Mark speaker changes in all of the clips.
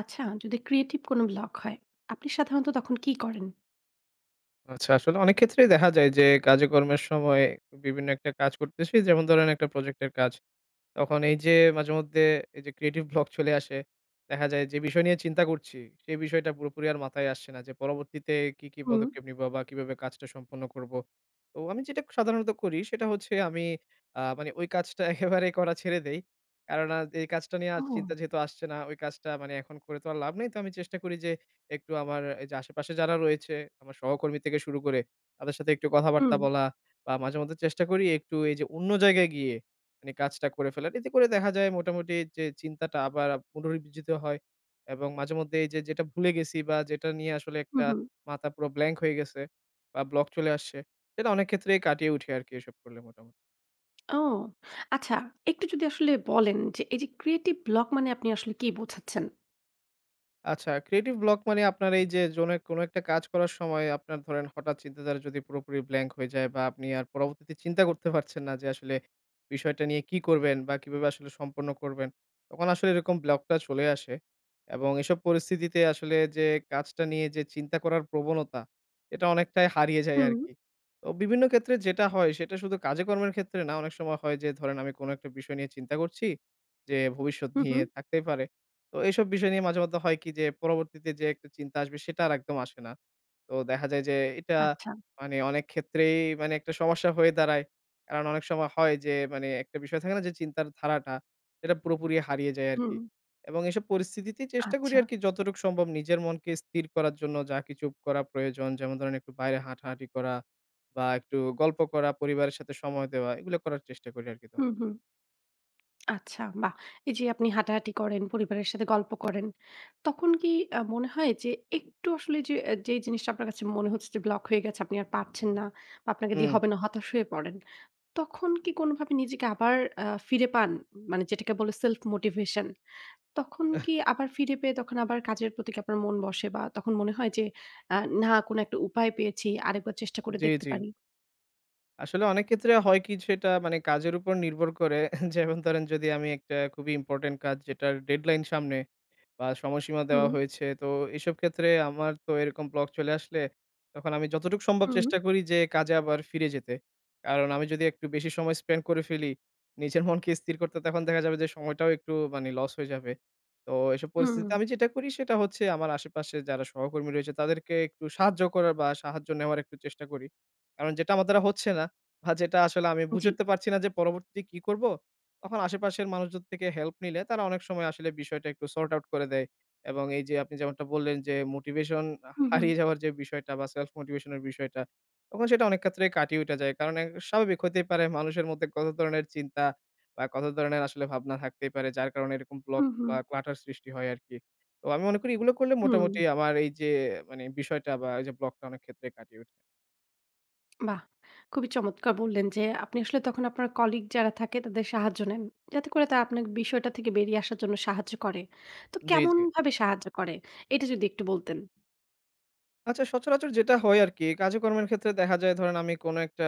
Speaker 1: আচ্ছা, যদি ক্রিয়েটিভ কোনো ব্লক হয়, আপনি সাধারণত তখন কি করেন?
Speaker 2: আচ্ছা, আসলে অনেক ক্ষেত্রেই দেখা যায় যে কাজে কর্মের সময় বিভিন্ন একটা কাজ করতেছি। যেমন ধরেন, একটা প্রজেক্টের কাজ। তখন এই যে মাঝেমধ্যে এই যে ক্রিয়েটিভ ব্লক চলে আসে, দেখা যায় যে বিষয় নিয়ে চিন্তা করছি, সেই বিষয়টা পুরোপুরি আর মাথায় আসছে না যে পরবর্তীতে কি
Speaker 1: হুম।
Speaker 2: পদক্ষেপ নিবো বা কিভাবে কাজটা সম্পন্ন করব। তো আমি যেটা সাধারণত করি সেটা হচ্ছে, আমি মানে ওই কাজটা একেবারেই করা ছেড়ে দেই। কারণ এই কাজটা নিয়ে আর
Speaker 1: ও!
Speaker 2: চিন্তা যেহেতু আসছে না, ওই কাজটা মানে এখন করে তো আর লাভ নেই। তো আমি চেষ্টা করি যে একটু আমার এই যে আশেপাশে যারা রয়েছে, আমার সহকর্মী থেকে শুরু করে তাদের সাথে একটু কথাবার্তা
Speaker 1: হুম,
Speaker 2: বলা বা মাঝেমধ্যে চেষ্টা করি একটু এই যে অন্য জায়গায় গিয়ে মানে কাজটা করে ফেলেন। এতে করে দেখা যায় মোটামুটি যে চিন্তাটা আবার পুনরুজ্জীবিত হয়, এবং মাঝেমধ্যে এই যে যেটা ভুলে গেছি বা যেটা নিয়ে আসলে
Speaker 1: হুম,
Speaker 2: একটা
Speaker 1: হুম।
Speaker 2: মাথা পুরো ব্ল্যাঙ্ক হয়ে গেছে বা ব্লক চলে আসছে, সেটা অনেক ক্ষেত্রেই কাটিয়ে উঠি আরকি এসব করলে মোটামুটি।
Speaker 1: ও! আচ্ছা, একটু যদি আসলে বলেন যে এই যে ক্রিয়েটিভ ব্লক মানে আপনি আসলে কি বোঝাচ্ছেন?
Speaker 2: আচ্ছা, ক্রিয়েটিভ ব্লক মানে আপনার এই যে জোনে কোনো একটা কাজ করার সময় আপনার ধরেন হঠাৎ চিন্তাধারা যদি পুরোপুরি ব্ল্যাংক হয়ে যায় বা আপনি আর পরবর্তীতে চিন্তা করতে পারছেন না যে আসলে বিষয়টা নিয়ে কি করবেন বা কিভাবে আসলে সম্পন্ন করবেন। তখন আসলে এরকম ব্লকটা চলে আসে এবং এসব পরিস্থিতিতে আসলে যে কাজটা নিয়ে যে চিন্তা করার প্রবণতা, এটা অনেকটাই হারিয়ে যায়
Speaker 1: হুম,
Speaker 2: আরকি। তো বিভিন্ন ক্ষেত্রে যেটা হয় সেটা শুধু কাজে কর্মের ক্ষেত্রে না, অনেক সময় হয় যে ধরেন আমি কোনো একটা বিষয় নিয়ে চিন্তা করছি যে ভবিষ্যৎ
Speaker 1: হুম,
Speaker 2: নিয়ে
Speaker 1: হুম।
Speaker 2: থাকতেই পারে। তো এইসব বিষয় নিয়ে মাঝে মধ্যে হয় কি, যে পরবর্তীতে যে একটা চিন্তা আসবে সেটা আর একদম আসে না। তো দেখা যায় যে এটা
Speaker 1: আচ্ছা,
Speaker 2: মানে অনেক ক্ষেত্রেই মানে একটা সমস্যা হয়ে দাঁড়ায়। কারণ অনেক সময় হয় যে মানে একটা বিষয় থাকে না, যে চিন্তার ধারাটা সেটা পুরোপুরি হারিয়ে যায়
Speaker 1: হুম,
Speaker 2: আরকি। এবং এসব পরিস্থিতিতে চেষ্টা করি
Speaker 1: আচ্ছা,
Speaker 2: আরকি যতটুকু সম্ভব নিজের মনকে স্থির করার জন্য যা কিছু করা প্রয়োজন, যেমন ধরেন একটু বাইরে হাঁটাহাঁটি করা বা একটু গল্প করা, পরিবারের সাথে সময় দেওয়া, এগুলো করার চেষ্টা করি আরকি
Speaker 1: হুম,
Speaker 2: তখন।
Speaker 1: হুম। আচ্ছা, বাহ! এই যে আপনি হাঁটাহাঁটি করেন, পরিবারের সাথে গল্প করেন, তখন কি মনে হয় যে একটু আসলে যে, যেই জিনিসটা আপনার কাছে মনে হচ্ছে যে ব্লক হয়ে গেছে, আপনি আর পারছেন না বা আপনাকে দিয়ে
Speaker 2: হুম,
Speaker 1: হবে না, হতাশ হয়ে পড়েন? তখন কি কোনভাবে নিজেকে আবার আ ফিরে পান? মানে যেটাকে বলে সেলফ মোটিভেশন। তখন
Speaker 2: আহ,
Speaker 1: কি আবার ফিরে পেয়ে তখন আবার কাজের প্রতি কি আপনার মন বসে? বা তখন মনে হয় যে আ না কোনো একটা উপায় পেয়েছি, আরেকবার চেষ্টা করে
Speaker 2: জি,
Speaker 1: দেখতে
Speaker 2: জি।
Speaker 1: পারি?
Speaker 2: আসলে অনেক ক্ষেত্রে হয় কি, সেটা মানে কাজের উপর নির্ভর করে। যেমন ধরেন যদি আমি একটা খুবই ইম্পোর্টেন্ট কাজ যেটার ডেডলাইন সামনে বা সময়সীমা দেওয়া
Speaker 1: হুম,
Speaker 2: হয়েছে। তো এসব ক্ষেত্রে আমার তো এরকম ব্লক চলে আসলে তখন আমি যতটুকু সম্ভব
Speaker 1: হুম,
Speaker 2: চেষ্টা করি যে কাজে আবার ফিরে যেতে। কারণ আমি যদি একটু বেশি সময় স্পেন্ড করে ফেলি, নিজের মনকে স্থির করতে, তখন দেখা যাবে যে সময়টাও একটু মানে লস হয়ে যাবে। তো এসব
Speaker 1: হুম,
Speaker 2: পরিস্থিতিতে আমি যেটা করি সেটা হচ্ছে, আমার আশেপাশে যারা সহকর্মী রয়েছে তাদেরকে একটু সাহায্য করার বা সাহায্য নেওয়ার একটু চেষ্টা করি। কারণ যেটা আমার দ্বারা হচ্ছে না বা যেটা আসলে আমি বুঝে
Speaker 1: জি।
Speaker 2: উঠতে পারছি না যে পরবর্তীতে কি করব? তখন আশেপাশের মানুষজন থেকে হেল্প নিলে তারা অনেক সময় আসলে বিষয়টা একটু সর্ট আউট করে দেয়। এবং এই যে আপনি যেমনটা বললেন যে মোটিভেশন
Speaker 1: হুম, হুম,
Speaker 2: হারিয়ে যাওয়ার যে বিষয়টা বা সেলফ মোটিভেশন এর বিষয়টা, তখন সেটা অনেক ক্ষেত্রে কাটিয়ে উঠা যায়। কারণ এ স্বাভাবিক হতেই পারে মানুষের মধ্যে কত ধরনের চিন্তা বা কত ধরনের আসলে ভাবনা থাকতেই পারে, যার কারণে এরকম ব্লক
Speaker 1: হুম, হুম,
Speaker 2: বা ক্লাটার সৃষ্টি হয় আরকি। তো আমি মনে করি এগুলো করলে
Speaker 1: হুম।
Speaker 2: মোটামুটি আমার এই যে মানে বিষয়টা বা এই যে ব্লকটা অনেক ক্ষেত্রে কাটিয়ে উঠবে।
Speaker 1: বাহ! খুবই চমৎকার বললেন যে আপনি আসলে তখন আপনার কলিগ যারা থাকে তাদের সাহায্য নেন। যাতে করে তারা আপনাকে বিষয়টা থেকে বেরিয়ে আসার জন্য সাহায্য করে। তো
Speaker 2: জি, জি।
Speaker 1: কেমনভাবে সাহায্য করে? এটা যদি একটু বলতেন।
Speaker 2: আচ্ছা, সচরাচর যেটা হয় আরকি, কাজে-কর্মের ক্ষেত্রে দেখা যায় ধরেন আমি কোনো একটা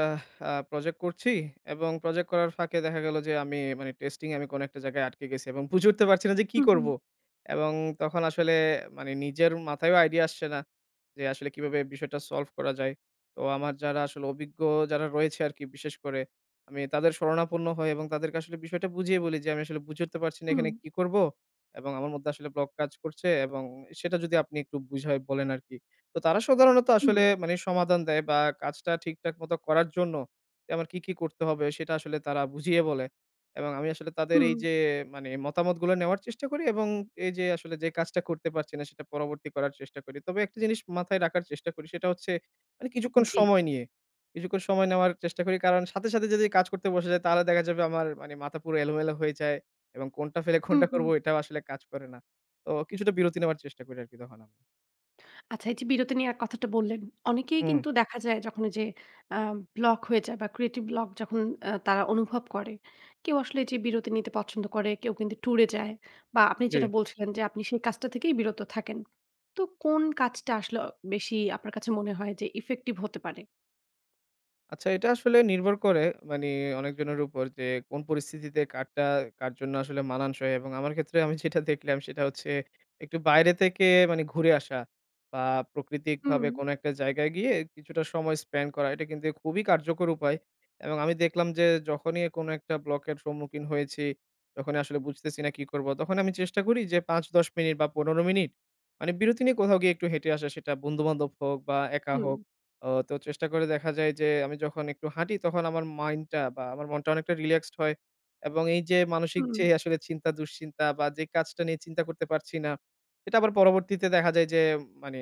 Speaker 2: প্রজেক্ট করছি এবং প্রজেক্ট করার ফাঁকে দেখা গেল যে আমি মানে টেস্টিং আমি কোনো একটা জায়গায় আটকে গেছি এবং বুঝে উঠতে পারছি না যে কি
Speaker 1: হুম,
Speaker 2: করব?
Speaker 1: হুম,
Speaker 2: এবং তখন আসলে মানে নিজের মাথায়ও আইডিয়া আসছে না যে আসলে কিভাবে বিষয়টা সলভ করা যায়। তো আমার যারা আসলে অভিজ্ঞ যারা রয়েছে আরকি বিশেষ করে, আমি তাদের শরণাপন্ন হই এবং তাদেরকে আসলে বিষয়টা বুঝিয়ে বলি যে, "আমি আসলে বুঝে উঠতে পারছি না
Speaker 1: হুম,
Speaker 2: এখানে কি করব? এবং আমার মধ্যে আসলে ব্লক কাজ করছে, এবং সেটা যদি আপনি একটু বুঝায় বলেন আরকি।" তো তারা সাধারণত
Speaker 1: হুম।
Speaker 2: আসলে মানে সমাধান দেয় বা কাজটা ঠিকঠাক মতো করার জন্য আমার কি করতে হবে সেটা আসলে তারা বুঝিয়ে বলে। এবং আমি আসলে তাদের
Speaker 1: হুম,
Speaker 2: এই যে মানে মতামতগুলো নেওয়ার চেষ্টা করি, এবং এই যে আসলে যে কাজটা করতে পারছি না সেটা পরবর্তী করার চেষ্টা করি। তবে একটা জিনিস মাথায় রাখার চেষ্টা করি সেটা হচ্ছে মানে কিছুক্ষণ
Speaker 1: জি।
Speaker 2: সময় নিয়ে। কিছুক্ষণ সময় নেওয়ার চেষ্টা করি, কারণ সাথে সাথে যদি কাজ করতে বসে যাই তাহলে দেখা যাবে আমার মানে মাথা পুরো এলোমেলো হয়ে যায় এবং কোনটা ফেলে
Speaker 1: হুম,
Speaker 2: কোনটা
Speaker 1: হুম।
Speaker 2: করব এটাও আসলে কাজ করে না। তো কিছুটা বিরতি নেওয়ার চেষ্টা করি আরকি তখন আমি।
Speaker 1: আচ্ছা এই যে বিরতি নেওয়ার কথাটা বললেন, অনেকেই
Speaker 2: হুম,
Speaker 1: কিন্তু দেখা যায় যখন এই যে আ ব্লক হয়ে যায় বা ক্রিয়েটিভ ব্লক যখন তারা অনুভব করে, কেউ আসলে এই যে বিরতি নিতে পছন্দ করে, কেউ কিন্তু ট্যুরে যায় বা আপনি
Speaker 2: জি।
Speaker 1: যেটা বলছিলেন যে আপনি সেই কাজটা থেকেই বিরত থাকেন। তো কোন কাজটা আসলে বেশি আপনার কাছে মনে হয় যে ইফেক্টিভ হতে পারে?
Speaker 2: আচ্ছা, এটা আসলে নির্ভর করে মানে অনেকজনের উপর যে কোন পরিস্থিতিতে কারটা কার জন্য আসলে মানানসই, এবং আমার ক্ষেত্রে আমি যেটা দেখলাম সেটা হচ্ছে একটু বাইরে থেকে মানে ঘুরে আসা বা
Speaker 1: হুম,
Speaker 2: প্রাকৃতিকভাবে কোনো একটা জায়গায় গিয়ে কিছুটা সময় স্পেন্ড করা, এটা কিন্তু খুবই কার্যকর উপায়। এবং আমি দেখলাম যে যখনই কোনো একটা ব্লকের সম্মুখীন হয়েছি, যখন আসলে বুঝতেছি না কি করব, তখন আমি চেষ্টা করি যে ৫-১০ মিনিট বা ১৫ মিনিট মানে বিরতি নিয়ে কোথাও গিয়ে একটু হেঁটে আসা, সেটা বন্ধু বান্ধব হোক বা একা
Speaker 1: হুম,
Speaker 2: হোক। ও তো চেষ্টা করে দেখা যায় যে আমি যখন একটু হাঁটি তখন আমার মাইন্ডটা বা আমার মনটা অনেকটা রিল্যাক্সড হয়, এবং এই যে মানসিক
Speaker 1: হুম,
Speaker 2: যে আসলে চিন্তা দুশ্চিন্তা বা যে কাজটা নিয়ে চিন্তা করতে পারছি না, এটা আবার পরবর্তীতে দেখা যায় যে মানে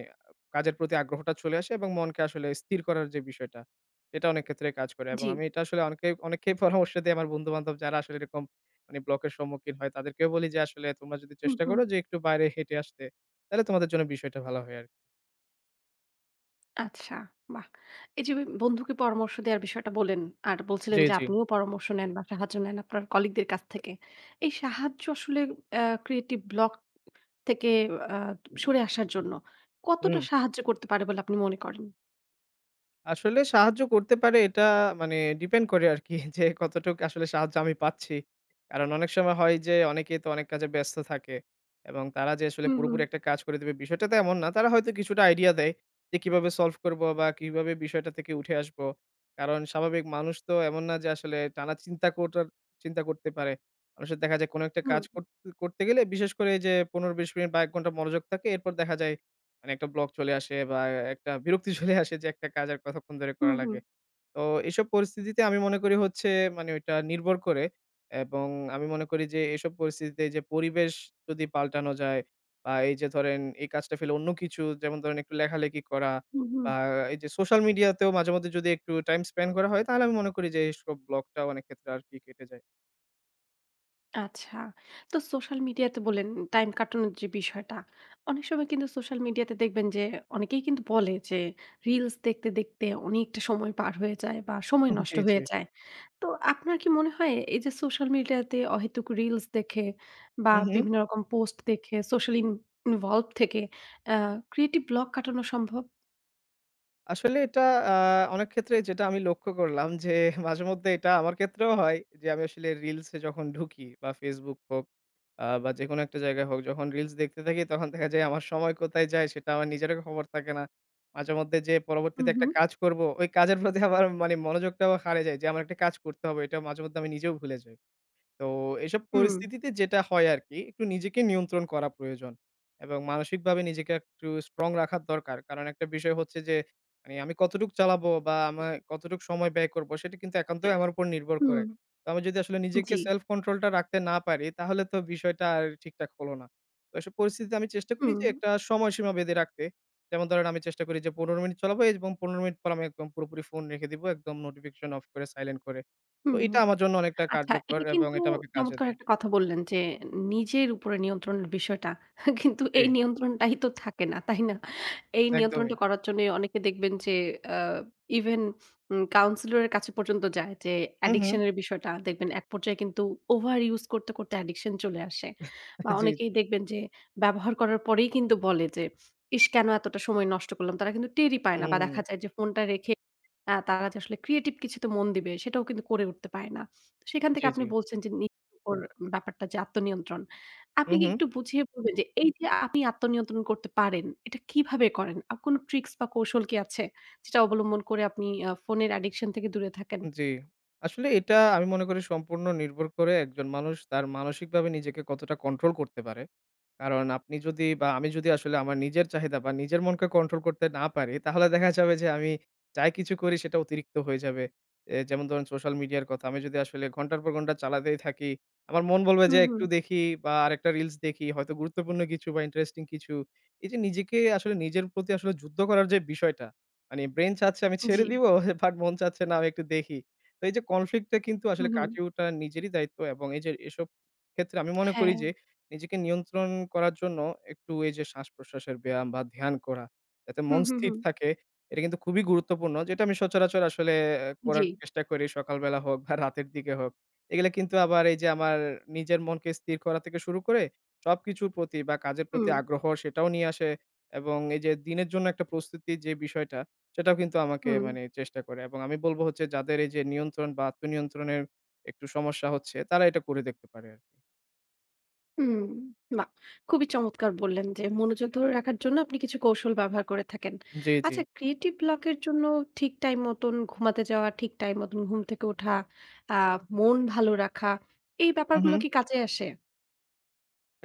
Speaker 2: কাজের প্রতি আগ্রহটা চলে আসে এবং মনকে আসলে স্থির করার যে বিষয়টা, এটা অনেক ক্ষেত্রে কাজ করে। এবং
Speaker 1: জি।
Speaker 2: আমি এটা আসলে অনেকে অনেককেই পরামর্শ দিই, আমার বন্ধু বান্ধব যারা আসলে এরকম মানে ব্লকের সম্মুখীন হয় তাদেরকেও বলি যে আসলে তোমরা যদি
Speaker 1: হুম,
Speaker 2: চেষ্টা
Speaker 1: হুম।
Speaker 2: করো যে একটু বাইরে হেঁটে আসতে, তাহলে তোমাদের জন্য বিষয়টা ভালো হয় আর কি।
Speaker 1: আচ্ছা, বাহ! এই যে বন্ধুকে পরামর্শ দেওয়ার বিষয়টা বললেন, আর বলছিলেন
Speaker 2: জি,
Speaker 1: যে
Speaker 2: জি।
Speaker 1: আপনিও পরামর্শ নেন বা সাহায্য নেন আপনার কলিগদের কাছ থেকে। এই সাহায্য আসলে ক্রিয়েটিভ ব্লক থেকে আ সরে আসার জন্য কতটা
Speaker 2: হুম।
Speaker 1: সাহায্য করতে পারে বলে আপনি মনে করেন?
Speaker 2: আসলে সাহায্য করতে পারে এটা, মানে ডিপেন্ড করে আরকি যে কতটুক আসলে সাহায্য আমি পাচ্ছি। কারণ অনেক সময় হয় যে অনেকেই তো অনেক কাজে ব্যস্ত থাকে, এবং তারা যে আসলে
Speaker 1: হুম, হুম,
Speaker 2: পুরোপুরি একটা কাজ করে দিবে বিষয়টা তো এমন না। তারা হয়তো কিছুটা আইডিয়া দেয় যে কিভাবে সলভ করবো বা কিভাবে বিষয়টা থেকে উঠে আসবো। কারণ স্বাভাবিক মানুষ তো এমন না যে আসলে টানা চিন্তা কোটার চিন্তা করতে পারে। মানুষের দেখা যায় কোনো একটা
Speaker 1: হুম,
Speaker 2: কাজ করতে করতে গেলে বিশেষ করে যে ১৫-২০ মিনিট বা ১ ঘন্টা মনোযোগ থাকে। এরপর দেখা যায় মানে একটা ব্লক চলে আসে বা একটা বিরক্তি চলে আসে যে একটা কাজ আর কতক্ষণ ধরে
Speaker 1: হুম,
Speaker 2: করা
Speaker 1: হুম,
Speaker 2: লাগে। তো এসব পরিস্থিতিতে আমি মনে করি হচ্ছে মানে ওইটা নির্ভর করে, এবং আমি মনে করি যে এসব পরিস্থিতিতে যে পরিবেশ যদি পাল্টানো যায় বা এই যে ধরেন এই কাজটা ফেলে অন্য কিছু যেমন ধরেন একটু লেখালেখি করা
Speaker 1: হুম, হুম।
Speaker 2: বা এই যে সোশ্যাল মিডিয়াতেও মাঝে মধ্যে যদি একটু টাইম স্পেন্ড করা হয়, তাহলে আমি মনে করি যে এইসব ব্লকটা অনেক ক্ষেত্রে আরকি কেটে যায়।
Speaker 1: আচ্ছা। তো সোশ্যাল মিডিয়াতে বললেন টাইম কাটানোর যে বিষয়টা, অনেক সময় কিন্তু সোশ্যাল মিডিয়াতে দেখবেন যে অনেকেই কিন্তু বলে যে রিলস দেখতে, দেখতে অনেকটা সময় পার হয়ে যায় বা সময়
Speaker 2: জি,
Speaker 1: নষ্ট
Speaker 2: জি।
Speaker 1: হয়ে যায়। তো আপনার কি মনে হয় এই যে সোশ্যাল মিডিয়াতে অহেতুক রিলস দেখে বা
Speaker 2: হু, হু।
Speaker 1: বিভিন্ন রকম পোস্ট দেখে সোশ্যাল ইন ইনভলভ থেকে আ ক্রিয়েটিভ ব্লক কাটানো সম্ভব?
Speaker 2: আসলে এটা আ অনেক ক্ষেত্রে যেটা আমি লক্ষ্য করলাম যে মাঝেমধ্যে এটা আমার ক্ষেত্রেও হয় যে আমি আসলে রিলসে যখন ঢুকি বা Facebook হোক বা যেকোনো একটা জায়গায় হোক, যখন রিলস দেখতে থাকি তখন দেখা যায় আমার সময় কোথায় যায় সেটা আমার নিজেরও খবর থাকে না। মাঝেমধ্যে যে
Speaker 1: হু,
Speaker 2: পরবর্তীতে
Speaker 1: হু।
Speaker 2: একটা কাজ করব, ওই কাজের প্রতি আমার মানে মনোযোগটাও হারিয়ে যায় যে আমার একটা কাজ করতে হবে। এটা মাঝেমধ্যে আমি নিজেও ভুলে যাই। তো এসব
Speaker 1: হুম,
Speaker 2: পরিস্থিতিতে যেটা হয় আরকি, একটু নিজেকে নিয়ন্ত্রণ করা প্রয়োজন। এবং মানসিকভাবে নিজেকে একটু স্ট্রং রাখার দরকার। কারণ একটা বিষয় হচ্ছে যে, মানে আমি কতটুক চালাবো বা আমার কতটুক সময় ব্যয় করবো সেটা কিন্তু একান্তই আমার উপর নির্ভর করে।
Speaker 1: হুম,
Speaker 2: তো আমি যদি আসলে নিজেকে
Speaker 1: জি।
Speaker 2: সেলফ কন্ট্রোল টা রাখতে না পারি, তাহলে তো বিষয়টা আর ঠিকঠাক হলো না। তো এসব পরিস্থিতিতে আমি চেষ্টা করি
Speaker 1: হুম,
Speaker 2: যে একটা সময়সীমা বেঁধে রাখতে। যেমন ধরেন, আমি চেষ্টা করি যে ১৫ মিনিট চালাবো এবং ১৫ মিনিট পর আমি একদম পুরোপুরি ফোন রেখে দিব। একদম নোটিফিকেশন অফ করে সাইলেন্ট করে। তো
Speaker 1: হুম,
Speaker 2: এটা
Speaker 1: হুম।
Speaker 2: আমার জন্য অনেকটা
Speaker 1: আচ্ছা,
Speaker 2: কার্যকর
Speaker 1: এটা
Speaker 2: এবং
Speaker 1: কিন্তু
Speaker 2: এটা আমাকে কাজে
Speaker 1: চমৎকার
Speaker 2: দেয়।
Speaker 1: একটা কথা বললেন যে, নিজের উপরে নিয়ন্ত্রণের বিষয়টা কিন্তু
Speaker 2: জি,
Speaker 1: এই নিয়ন্ত্রণটাই তো থাকে না, তাই না? এই
Speaker 2: একদমই।
Speaker 1: নিয়ন্ত্রণটা করার জন্য অনেকে দেখবেন যে আ ইভেন কাউন্সিলর এর কাছে পর্যন্ত যায় যে
Speaker 2: হু, হু।
Speaker 1: অ্যাডিকশন এর বিষয়টা দেখবেন এক পর্যায়ে কিন্তু ওভার ইউস করতে, করতে অ্যাডিকশন চলে আসে। বা
Speaker 2: জি,
Speaker 1: অনেকেই
Speaker 2: জি।
Speaker 1: দেখবেন যে ব্যবহার করার পরেই কিন্তু বলে যে, "ইস! কেন এতটা সময় নষ্ট করলাম?" তারা কিন্তু টেরই পায় না বা
Speaker 2: হুম,
Speaker 1: দেখা যায় যে ফোনটা রেখে তারা যে আসলে ক্রিয়েটিভ কিছুতে মন দিবে সেটাও কিন্তু করে উঠতে পারে না। সেখান
Speaker 2: জি,
Speaker 1: থেকে
Speaker 2: জি।
Speaker 1: আপনি বলছেন যে নিজের উপর ব্যাপারটা যে আত্মনিয়ন্ত্রণ।
Speaker 2: হু,
Speaker 1: আপনি কি
Speaker 2: হু।
Speaker 1: একটু বুঝিয়ে বলবেন যে এই যে আপনি আত্মনিয়ন্ত্রণ করতে পারেন, এটা কিভাবে করেন? কোনো ট্রিক্স বা কৌশল কি আছে? যেটা অবলম্বন করে আপনি ফোনের অ্যাডিকশন থেকে দূরে থাকেন?
Speaker 2: জি। আসলে এটা আমি মনে করি সম্পূর্ণ নির্ভর করে একজন মানুষ তার মানসিকভাবে নিজেকে কতটা কন্ট্রোল করতে পারে। কারণ আপনি যদি বা আমি যদি আসলে আমার নিজের চাহিদা বা নিজের মনকে কন্ট্রোল করতে না পারি, তাহলে দেখা যাবে যে আমি যাই কিছু করি সেটা অতিরিক্ত হয়ে যাবে। এ যেমন ধরুন সোশ্যাল মিডিয়ার কথা। আমি যদি আসলে ঘন্টার পর ঘন্টা চালাতেই থাকি, আমার মন বলবে
Speaker 1: হুম,
Speaker 2: যে
Speaker 1: হুম।
Speaker 2: একটু দেখি বা আরেকটা রিলস দেখি, হয়তো গুরুত্বপূর্ণ কিছু বা ইন্টারেস্টিং কিছু। এই যে নিজেকে আসলে নিজের প্রতি আসলে যুদ্ধ করার যে বিষয়টা, মানে ব্রেইন চাচ্ছে আমি
Speaker 1: জি।
Speaker 2: ছেড়ে দিব, বাট মন চাচ্ছে না, আমি একটু দেখি। তো এই যে কনফ্লিক্ট টা কিন্তু আসলে
Speaker 1: হুম, হুম।
Speaker 2: কাটিয়ে ওঠা নিজেরই দায়িত্ব, এবং এই যে এসব ক্ষেত্রে আমি মনে করি
Speaker 1: হ্যাঁ।
Speaker 2: যে নিজেকে নিয়ন্ত্রণ করার জন্য একটু এই যে শ্বাস-প্রশ্বাসের ব্যায়াম বা ধ্যান করা, যাতে
Speaker 1: হুম,
Speaker 2: মন
Speaker 1: হুম,
Speaker 2: স্থির
Speaker 1: হুম।
Speaker 2: থাকে, এটা কিন্তু খুবই গুরুত্বপূর্ণ। যেটা আমি সচরাচর আসলে
Speaker 1: জি।
Speaker 2: করার চেষ্টা করি সকালবেলা হোক বা রাতের দিকে হোক। এগুলা কিন্তু আবার এই যে আমার নিজের মনকে স্থির করা থেকে শুরু করে সবকিছুর প্রতি বা কাজের প্রতি
Speaker 1: হুম,
Speaker 2: আগ্রহ সেটাও নিয়ে আসে, এবং এই যে দিনের জন্য একটা প্রস্তুতির যে বিষয়টা, সেটাও কিন্তু আমাকে
Speaker 1: হুম।
Speaker 2: মানে চেষ্টা করে, এবং আমি বলব হচ্ছে যাদের এই যে নিয়ন্ত্রণ বা আত্মনিয়ন্ত্রণের একটু সমস্যা হচ্ছে, তারা এটা করে দেখতে পারে আরকি।
Speaker 1: হুম, বাহ! খুবই চমৎকার বললেন যে মনোযোগ ধরে রাখার জন্য আপনি কিছু কৌশল ব্যবহার করে থাকেন।
Speaker 2: জি, জি।
Speaker 1: আচ্ছা ক্রিয়েটিভ ব্লক এর জন্য ঠিক টাইম মতন ঘুমাতে যাওয়া, ঠিক টাইম মতন ঘুম থেকে ওঠা, আ মন ভালো রাখা এই
Speaker 2: হু, হু।
Speaker 1: ব্যাপারগুলো কি কাজে আসে?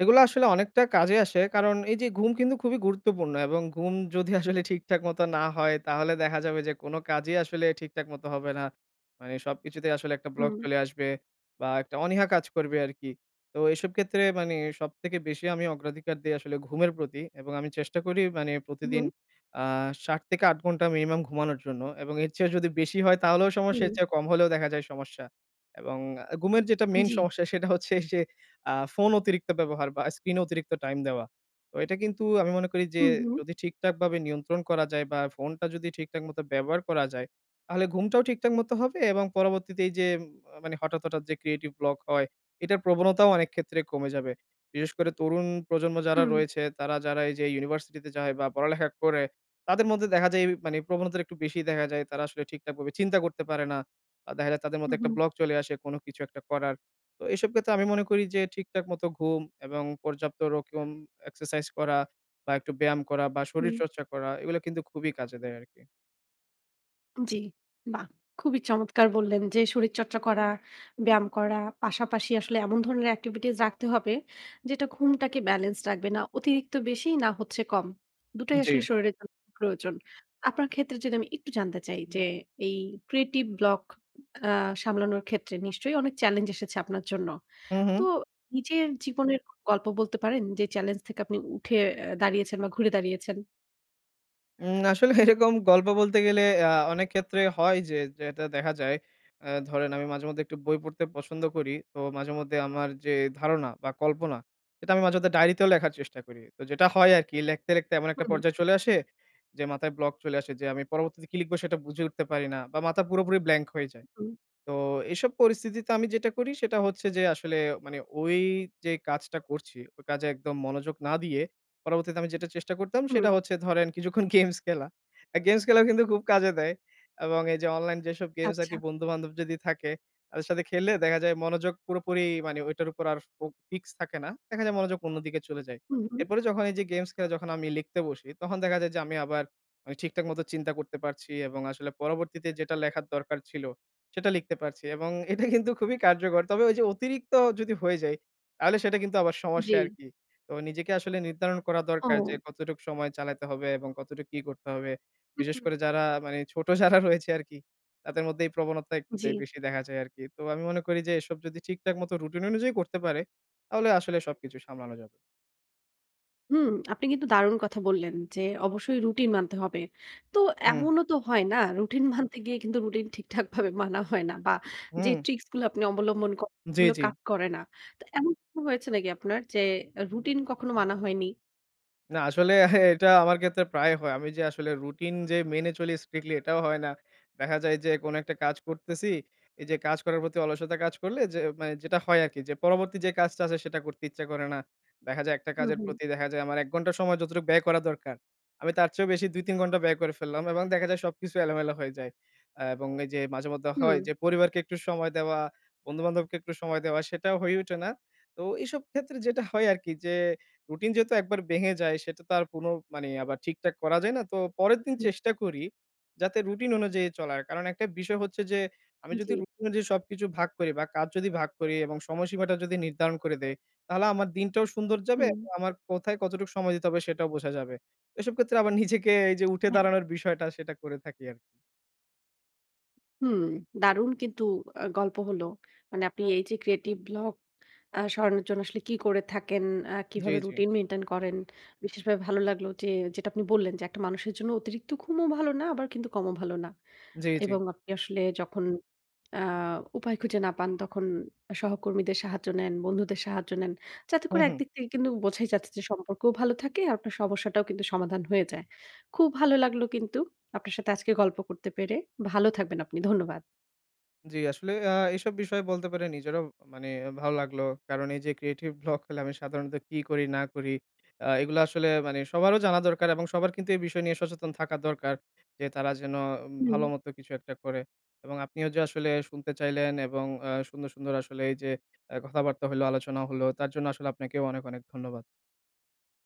Speaker 2: এগুলো আসলে অনেকটা কাজে আসে। কারণ এই যে ঘুম কিন্তু খুবই গুরুত্বপূর্ণ এবং ঘুম যদি আসলে ঠিকঠাক মতো না হয় তাহলে দেখা যাবে যে কোনো কাজই আসলে ঠিকঠাক মতো হবে না। মানে সবকিছুতেই আসলে একটা ব্লক
Speaker 1: হুম,
Speaker 2: চলে আসবে বা একটা অনীহা কাজ করবে আরকি। তো এসব ক্ষেত্রে মানে সবথেকে বেশি আমি অগ্রাধিকার দেই আসলে ঘুমের প্রতি, এবং আমি চেষ্টা করি মানে প্রতিদিন
Speaker 1: হুম,
Speaker 2: আ ৭ থেকে ৮ ঘন্টা মিনিমাম ঘুমানোর জন্য, এবং এর চেয়ে যদি বেশি হয় তাহলেও সমস্যা,
Speaker 1: হুম,
Speaker 2: এর চেয়ে কম হলেও দেখা যায় সমস্যা। এবং ঘুমের যেটা মেইন
Speaker 1: জি।
Speaker 2: সমস্যা সেটা হচ্ছে যে ফোন অতিরিক্ত ব্যবহার বা স্ক্রিনে অতিরিক্ত টাইম দেওয়া। তো এটা কিন্তু আমি মনে করি যে
Speaker 1: হুম, হুম,
Speaker 2: যদি ঠিকঠাকভাবে নিয়ন্ত্রণ করা যায় বা ফোনটা যদি ঠিকঠাক মতো ব্যবহার করা যায়, তাহলে ঘুমটাও ঠিকঠাক মতো হবে এবং পরবর্তীতে এই যে মানে হঠাৎ যে ক্রিয়েটিভ ব্লক হয়, এটার প্রবণতাও অনেক ক্ষেত্রে কমে যাবে। বিশেষ করে তরুণ প্রজন্ম যারা
Speaker 1: হুম,
Speaker 2: রয়েছে, তারা যারা এই যে ইউনিভার্সিটিতে যায় বা পড়ালেখা করে, তাদের মধ্যে দেখা যায় এই মানে প্রবণতাটা একটু বেশি দেখা যায়। তারা আসলে ঠিকঠাকভাবে চিন্তা করতে পারে না। দেখা যায় তাদের
Speaker 1: হুম,
Speaker 2: মধ্যে একটা
Speaker 1: হুম,
Speaker 2: ব্লক চলে আসে কোন কিছু একটা করার। তো এসব ক্ষেত্রে আমি মনে করি যে ঠিকঠাক মতো ঘুম এবং পর্যাপ্ত রকম এক্সারসাইজ করা বা একটু ব্যায়াম করা বা
Speaker 1: হুম।
Speaker 2: শরীরচর্চা করা এগুলো কিন্তু খুবই কাজে দেয় আরকি।
Speaker 1: জি, বাহ! খুবই চমৎকার বললেন যে শরীরচর্চা করা, ব্যায়াম করা, পাশাপাশি আসলে এমন ধরনের অ্যাক্টিভিটিস রাখতে হবে যেটা ঘুমটাকে ব্যালেন্স রাখবে। না অতিরিক্ত বেশি না হচ্ছে কম। দুটাই
Speaker 2: জি।
Speaker 1: আসলে শরীরের জন্য খুব প্রয়োজন। আপনার ক্ষেত্রে যদি আমি একটু জানতে চাই যে এই ক্রিয়েটিভ ব্লক আ সামলানোর ক্ষেত্রে নিশ্চয়ই অনেক চ্যালেঞ্জ এসেছে আপনার জন্য।
Speaker 2: হুম, হুম।
Speaker 1: তো নিজের জীবনের গল্প বলতে পারেন যে চ্যালেঞ্জ থেকে আপনি উঠে দাঁড়িয়েছেন বা ঘুরে দাঁড়িয়েছেন?
Speaker 2: আসলে এরকম গল্প বলতে গেলে অনেক ক্ষেত্রে হয় যে যেটা দেখা যায়, ধরেন আমি মাঝেমধ্যে একটু বই পড়তে পছন্দ করি। তো মাঝেমধ্যে আমার যে ধারণা বা কল্পনা সেটা আমি মাঝেমধ্যে ডায়েরিতেও লেখার চেষ্টা করি। তো যেটা হয় আরকি লেখতে এমন একটা
Speaker 1: হুম,
Speaker 2: পর্যায়ে চলে আসে যে মাথায় ব্লক চলে আসে, যে আমি পরবর্তীতে কি লিখবো সেটা বুঝে উঠতে পারি না বা মাথা পুরোপুরি ব্ল্যাংক হয়ে যায়।
Speaker 1: হুম,
Speaker 2: তো এসব পরিস্থিতিতে আমি যেটা করি সেটা হচ্ছে যে আসলে মানে ওই যে কাজটা করছি, ওই কাজে একদম মনোযোগ না দিয়ে পরবর্তীতে আমি যেটা চেষ্টা করতাম
Speaker 1: হুম।
Speaker 2: সেটা হচ্ছে ধরেন কিছুক্ষণ গেমস খেলা। গেমস খেলাও কিন্তু খুব কাজে দেয়, এবং এই যে অনলাইন যেসব গেমস
Speaker 1: আচ্ছা।
Speaker 2: আরকি বন্ধু-বান্ধব যদি থাকে তাদের সাথে খেললে দেখা যায় মনোযোগ পুরোপুরি মানে ওইটার উপর আর ফিক্স থাকে না। দেখা যায় মনোযোগ অন্যদিকে চলে যায়।
Speaker 1: হুম, হুম।
Speaker 2: এরপরে যখন এই যে গেমস খেলে যখন আমি লিখতে বসি তখন দেখা যায় যে আমি আবার মানে ঠিকঠাক মতো চিন্তা করতে পারছি এবং আসলে পরবর্তীতে যেটা লেখার দরকার ছিল সেটা লিখতে পারছি, এবং এটা কিন্তু খুবই কার্যকর। তবে ওই যে অতিরিক্ত যদি হয়ে যায়, তাহলে সেটা কিন্তু আবার সমস্যা
Speaker 1: জি।
Speaker 2: আরকি। তো নিজেকে আসলে নির্ধারণ করা দরকার যে
Speaker 1: ও।
Speaker 2: কতটুকু সময় চালাতে হবে এবং কতটুকু কি করতে হবে। বিশেষ
Speaker 1: হুম,
Speaker 2: করে যারা মানে ছোট যারা রয়েছে আরকি, তাদের মধ্যে এই প্রবণতা একটু
Speaker 1: জি।
Speaker 2: বেশি দেখা যায় আরকি। তো আমি মনে করি যে এসব যদি ঠিকঠাক মতো রুটিন অনুযায়ী করতে পারে, তাহলে আসলে সবকিছু সামলানো যাবে।
Speaker 1: হুম, আপনি কিন্তু দারুণ কথা বললেন যে অবশ্যই রুটিন মানতে হবে। তো
Speaker 2: হুম,
Speaker 1: এমনও তো হয় না রুটিন মানতে গিয়ে কিন্তু রুটিন ঠিকঠাকভাবে মানা হয় না বা যে
Speaker 2: হুম।
Speaker 1: ট্রিকস গুলো আপনি অবলম্বন করেন
Speaker 2: জি,
Speaker 1: সেগুলো
Speaker 2: জি।
Speaker 1: কাজ করে না। তো এমন কখনো হয়েছে নাকি আপনার যে রুটিন কখনো মানা হয়নি?
Speaker 2: না আসলে এটা আমার ক্ষেত্রে প্রায় হয়। আমি যে আসলে রুটিন যে মেনে চলি স্ট্রিক্টলি এটাও হয় না। দেখা যায় যে কোনো একটা কাজ করতেছি, এই যে কাজ করার প্রতি অলসতা কাজ করলে যে মানে যেটা হয় আরকি যে পরবর্তী যে কাজটা আছে সেটা করতে ইচ্ছা করে না। দেখা যায় একটা
Speaker 1: হুম,
Speaker 2: কাজের
Speaker 1: হুম।
Speaker 2: প্রতি দেখা যায় আমার ১ ঘন্টা সময় যতটুকু ব্যয় করা দরকার, আমি তার চেয়েও বেশি ২-৩ ঘন্টা ব্যয় করে ফেললাম এবং দেখা যায় সবকিছু এলোমেলো হয়ে যায়। এবং এই যে মাঝে মধ্যে
Speaker 1: হুম,
Speaker 2: হয় যে পরিবারকে একটু সময় দেওয়া, বন্ধু-বান্ধবকে একটু সময় দেওয়া সেটাও হয়ে ওঠে না। তো এইসব ক্ষেত্রে যেটা হয় আরকি যে রুটিন যেহেতু একবার ভেঙে যায় সেটা তো আর মানে আবার ঠিকঠাক করা যায় না। তো পরের দিন
Speaker 1: হুম,
Speaker 2: চেষ্টা করি যাতে রুটিন অনুযায়ী চলার। কারণ একটা বিষয় হচ্ছে যে আমি যদি
Speaker 1: জি,
Speaker 2: রুটিন অনুযায়ী সবকিছু ভাগ করি বা কাজ যদি ভাগ করি এবং সময়সীমাটা যদি নির্ধারণ করে দেই, তাহলে আমার দিনটাও সুন্দর যাবে
Speaker 1: হুম।
Speaker 2: এবং আমার কোথায় কতটুকু সময় দিতে হবে সেটাও বোঝা যাবে। এসব ক্ষেত্রে আবার নিজেকে এই যে উঠে দাঁড়ানোর বিষয়টা সেটা করে থাকি আরকি।
Speaker 1: হুম, দারুণ কিন্তু গল্প হলো। মানে আপনি এই যে ক্রিয়েটিভ ব্লক সরানোর জন্য আসলে কি করে থাকেন,
Speaker 2: জি,
Speaker 1: কিভাবে
Speaker 2: জি।
Speaker 1: রুটিন মেইনটেইন করেন। বিশেষভাবে ভালো লাগলো যে যেটা আপনি বললেন যে একটা মানুষের জন্য অতিরিক্ত ঘুমও ভালো না আবার কিন্তু কমও ভালো না।
Speaker 2: জি, জি।
Speaker 1: এবং আপনি আসলে যখন আ উপায় খুঁজে না পান তখন সহকর্মীদের সাহায্য নেন, বন্ধুদের সাহায্য নেন। যাতে
Speaker 2: হু,
Speaker 1: করে
Speaker 2: হু।
Speaker 1: একদিক থেকে কিন্তু বোঝাই যাচ্ছে যে সম্পর্কও ভালো থাকে আর আপনার সমস্যাটাও কিন্তু সমাধান হয়ে যায়। খুব ভালো লাগলো কিন্তু আপনার সাথে আজকে গল্প করতে পেরে। ভালো থাকবেন আপনি। ধন্যবাদ।
Speaker 2: জি, আসলে এসব বিষয়ে বলতে পেরে নিজেরও মানে ভালো লাগলো। কারণ এই যে ক্রিয়েটিভ ব্লক হলে আমি সাধারণত কি করি না করি, এগুলো আসলে মানে সবারও জানা দরকার এবং সবার কিন্তু এই বিষয় নিয়ে সচেতন থাকা দরকার। যে তারা যেন
Speaker 1: হুম।
Speaker 2: ভালো মতো কিছু একটা করে। এবং আপনিও যে আসলে শুনতে চাইলেন এবং সুন্দর আসলে এই যে কথাবার্তা হলো, আলোচনা হলো, তার জন্য আসলে আপনাকেও অনেক ধন্যবাদ।